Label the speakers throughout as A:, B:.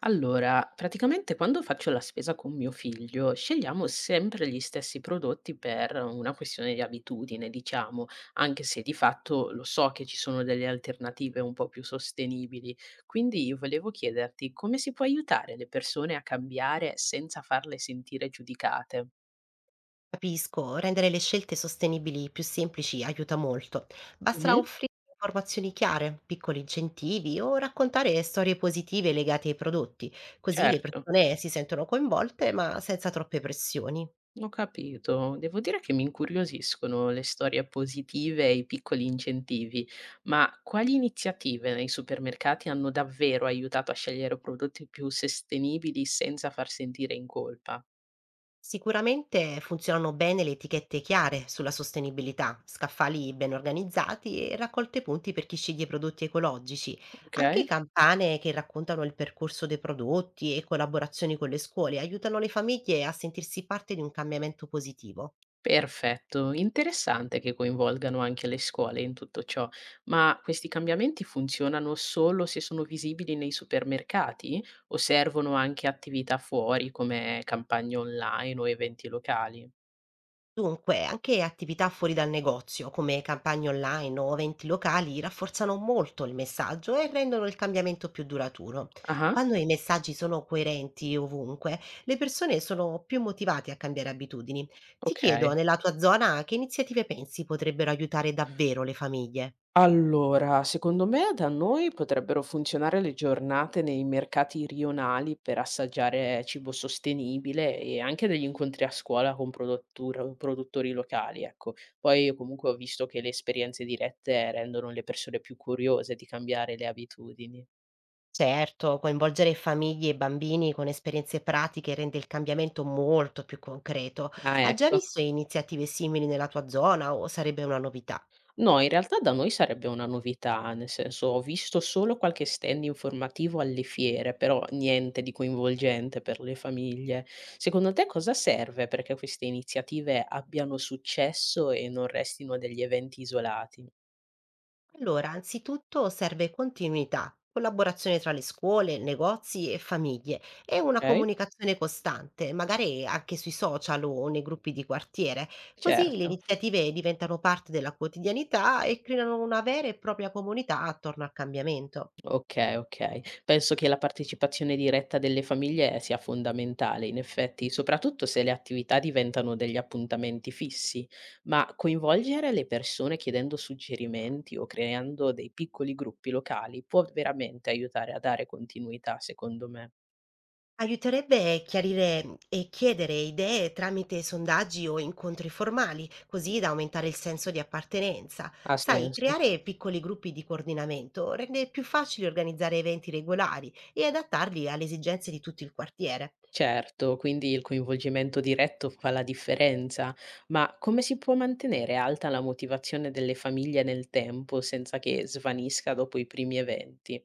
A: Allora, praticamente quando faccio la spesa con mio figlio, scegliamo sempre gli stessi prodotti per una questione di abitudine, diciamo, anche se di fatto lo so che ci sono delle alternative un po' più sostenibili. Quindi io volevo chiederti come si può aiutare le persone a cambiare senza farle sentire giudicate?
B: Capisco, rendere le scelte sostenibili più semplici aiuta molto. Basterà
A: Mhm,
B: offrire informazioni chiare, piccoli incentivi o raccontare storie positive legate ai prodotti, così le
A: certo.
B: persone si sentono coinvolte ma senza troppe pressioni.
A: Ho capito. Devo dire che mi incuriosiscono le storie positive e i piccoli incentivi, ma quali iniziative nei supermercati hanno davvero aiutato a scegliere prodotti più sostenibili senza far sentire in colpa?
B: Sicuramente funzionano bene le etichette chiare sulla sostenibilità, scaffali ben organizzati e raccolte punti per chi sceglie prodotti ecologici,
A: Ok?
B: anche campane che raccontano il percorso dei prodotti e collaborazioni con le scuole aiutano le famiglie a sentirsi parte di un cambiamento positivo.
A: Perfetto, interessante che coinvolgano anche le scuole in tutto ciò, ma questi cambiamenti funzionano solo se sono visibili nei supermercati o servono anche attività fuori come campagne online o eventi locali?
B: Dunque, anche attività fuori dal negozio, come campagne online o eventi locali, rafforzano molto il messaggio e rendono il cambiamento più duraturo.
A: Ah.
B: Quando i messaggi sono coerenti ovunque, le persone sono più motivate a cambiare abitudini. Ti chiedo,
A: Okay.
B: nella tua zona, che iniziative pensi potrebbero aiutare davvero le famiglie?
A: Allora, secondo me da noi potrebbero funzionare le giornate nei mercati rionali per assaggiare cibo sostenibile e anche degli incontri a scuola con produttur produttori locali, ecco. Poi comunque ho visto che le esperienze dirette rendono le persone più curiose di cambiare le abitudini.
B: Certo, coinvolgere famiglie e bambini con esperienze pratiche rende il cambiamento molto più concreto.
A: Ah,
B: Ha già
A: ecco.
B: visto iniziative simili nella tua zona o sarebbe una novità?
A: No, in realtà da noi sarebbe una novità, nel senso ho visto solo qualche stand informativo alle fiere, però niente di coinvolgente per le famiglie. Secondo te cosa serve perché queste iniziative abbiano successo e non restino degli eventi isolati?
B: Allora, anzitutto serve continuità, collaborazione tra le scuole, negozi e famiglie e una
A: Ok,
B: comunicazione costante, magari anche sui social o nei gruppi di quartiere. Così le
A: certo.
B: iniziative diventano parte della quotidianità e creano una vera e propria comunità attorno al cambiamento.
A: Okay, okay. Penso che la partecipazione diretta delle famiglie sia fondamentale in effetti, soprattutto se le attività diventano degli appuntamenti fissi, ma coinvolgere le persone chiedendo suggerimenti o creando dei piccoli gruppi locali può veramente aiutare a dare continuità, secondo me.
B: Aiuterebbe chiarire, e chiedere idee tramite sondaggi o incontri formali, così da aumentare il senso di appartenenza.
A: Ha
B: Sai,
A: senso?
B: creare piccoli gruppi di coordinamento rende più facile organizzare eventi regolari e adattarli alle esigenze di tutto il quartiere.
A: Certo, quindi il coinvolgimento diretto fa la differenza, ma come si può mantenere alta la motivazione delle famiglie nel tempo senza che svanisca dopo i primi eventi?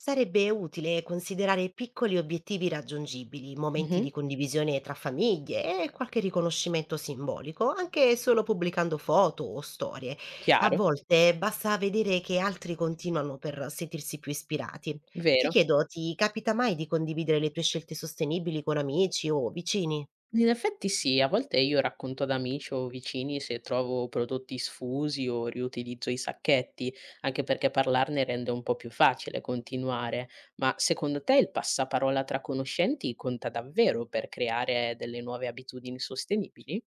B: Sarebbe utile considerare piccoli obiettivi raggiungibili, momenti
A: Mh-mh.
B: di condivisione tra famiglie e qualche riconoscimento simbolico, anche solo pubblicando foto o storie. A
A: Chiaro,
B: volte basta vedere che altri continuano per sentirsi più ispirati. Ti
A: vero.
B: chiedo, ti capita mai di condividere le tue scelte sostenibili con amici o vicini?
A: In effetti sì, a volte io racconto ad amici o vicini se trovo prodotti sfusi o riutilizzo i sacchetti, anche perché parlarne rende un po' più facile continuare. Ma secondo te il passaparola tra conoscenti conta davvero per creare delle nuove abitudini sostenibili?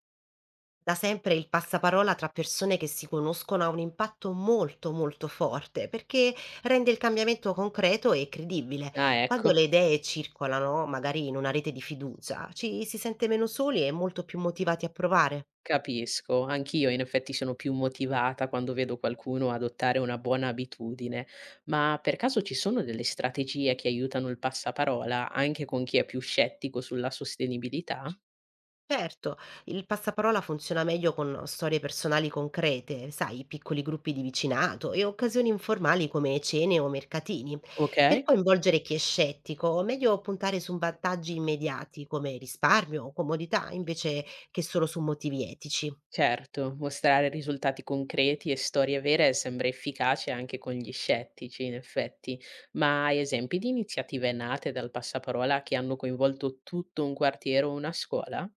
B: Da sempre il passaparola tra persone che si conoscono ha un impatto molto forte perché rende il cambiamento concreto e credibile.
A: Ah,
B: Quando le
A: ecco.
B: idee circolano, magari in una rete di fiducia, ci si sente meno soli e molto più motivati a provare.
A: Capisco, anch'io in effetti sono più motivata quando vedo qualcuno adottare una buona abitudine, ma per caso ci sono delle strategie che aiutano il passaparola anche con chi è più scettico sulla sostenibilità?
B: Certo, il passaparola funziona meglio con storie personali concrete, sai, piccoli gruppi di vicinato e occasioni informali come cene o mercatini. Per
A: Okay,
B: coinvolgere chi è scettico, meglio puntare su vantaggi immediati come risparmio o comodità invece che solo su motivi etici.
A: certo, mostrare risultati concreti e storie vere sembra efficace anche con gli scettici in effetti, ma hai esempi di iniziative nate dal passaparola che hanno coinvolto tutto un quartiere o una scuola?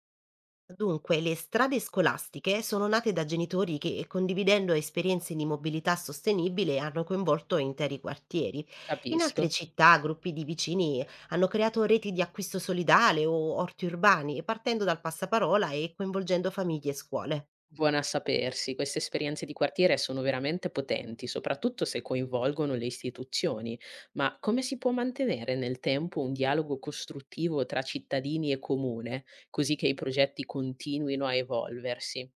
B: Dunque, le strade scolastiche sono nate da genitori che, condividendo esperienze di mobilità sostenibile, hanno coinvolto interi quartieri. In altre
A: Capisco.
B: città, gruppi di vicini hanno creato reti di acquisto solidale o orti urbani, partendo dal passaparola e coinvolgendo famiglie e scuole.
A: Buona a sapersi, queste esperienze di quartiere sono veramente potenti, soprattutto se coinvolgono le istituzioni, ma come si può mantenere nel tempo un dialogo costruttivo tra cittadini e comune, così che i progetti continuino a evolversi?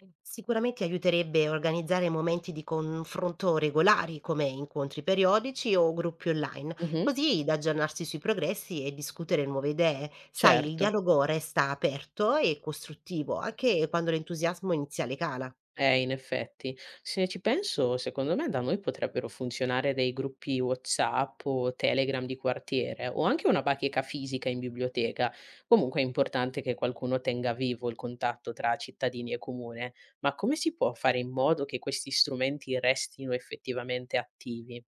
B: Mhmm, Sicuramente aiuterebbe organizzare momenti di confronto regolari come incontri periodici o gruppi online,
A: Mhm,
B: così da aggiornarsi sui progressi e discutere nuove idee. Sai, il
A: certo.
B: dialogo resta aperto e costruttivo, anche quando l'entusiasmo iniziale cala.
A: In effetti. Se ci penso, secondo me da noi potrebbero funzionare dei gruppi WhatsApp o Telegram di quartiere o anche una bacheca fisica in biblioteca. Comunque è importante che qualcuno tenga vivo il contatto tra cittadini e comune. Ma come si può fare in modo che questi strumenti restino effettivamente attivi?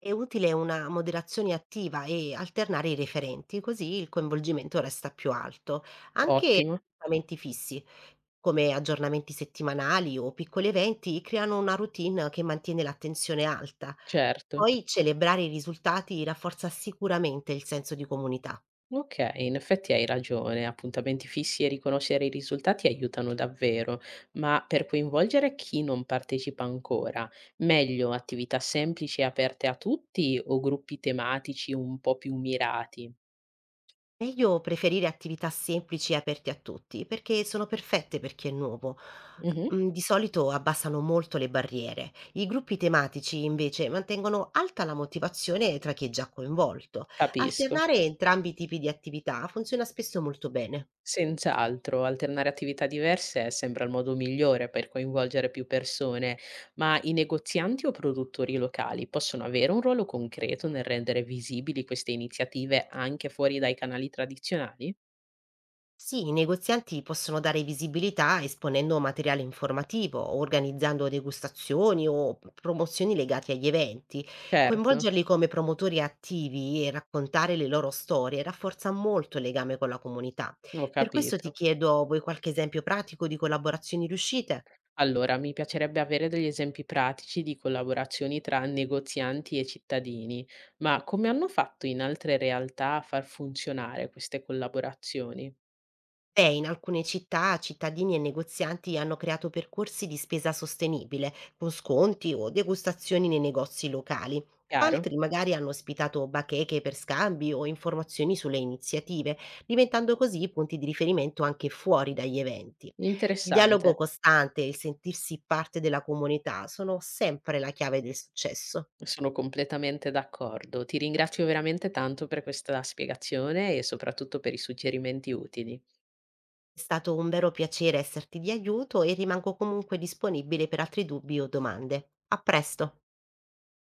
B: È utile una moderazione attiva e alternare i referenti, così il coinvolgimento resta più alto. Anche
A: Ottimo,
B: appuntamenti fissi, come aggiornamenti settimanali o piccoli eventi, creano una routine che mantiene l'attenzione alta.
A: certo.
B: Poi celebrare i risultati rafforza sicuramente il senso di comunità.
A: Okay, in effetti hai ragione, appuntamenti fissi e riconoscere i risultati aiutano davvero, ma per coinvolgere chi non partecipa ancora, meglio attività semplici e aperte a tutti o gruppi tematici un po' più mirati?
B: Meglio preferire attività semplici e aperte a tutti, perché sono perfette per chi è nuovo.
A: Mh-mh,
B: Di solito abbassano molto le barriere. I gruppi tematici invece mantengono alta la motivazione tra chi è già coinvolto.
A: capisco.
B: Alternare entrambi i tipi di attività funziona spesso molto bene.
A: Senz'altro, alternare attività diverse sembra il modo migliore per coinvolgere più persone, ma i negozianti o produttori locali possono avere un ruolo concreto nel rendere visibili queste iniziative anche fuori dai canali tradizionali?
B: Sì, i negozianti possono dare visibilità esponendo materiale informativo, organizzando degustazioni o promozioni legate agli eventi.
A: Certo,
B: Coinvolgerli come promotori attivi e raccontare le loro storie rafforza molto il legame con la comunità.
A: ho
B: Per questo ti
A: capito.
B: chiedo, vuoi qualche esempio pratico di collaborazioni riuscite?
A: Allora, mi piacerebbe avere degli esempi pratici di collaborazioni tra negozianti e cittadini, ma come hanno fatto in altre realtà a far funzionare queste collaborazioni?
B: Beh, in alcune città cittadini e negozianti hanno creato percorsi di spesa sostenibile, con sconti o degustazioni nei negozi locali.
A: Chiaro?
B: Altri magari hanno ospitato bacheche per scambi o informazioni sulle iniziative, diventando così punti di riferimento anche fuori dagli eventi. Il dialogo
A: Interessante.
B: costante e il sentirsi parte della comunità sono sempre la chiave del successo.
A: Sono completamente d'accordo. Ti ringrazio veramente tanto per questa spiegazione e soprattutto per i suggerimenti utili.
B: È stato un vero piacere esserti di aiuto e rimango comunque disponibile per altri dubbi o domande. A presto!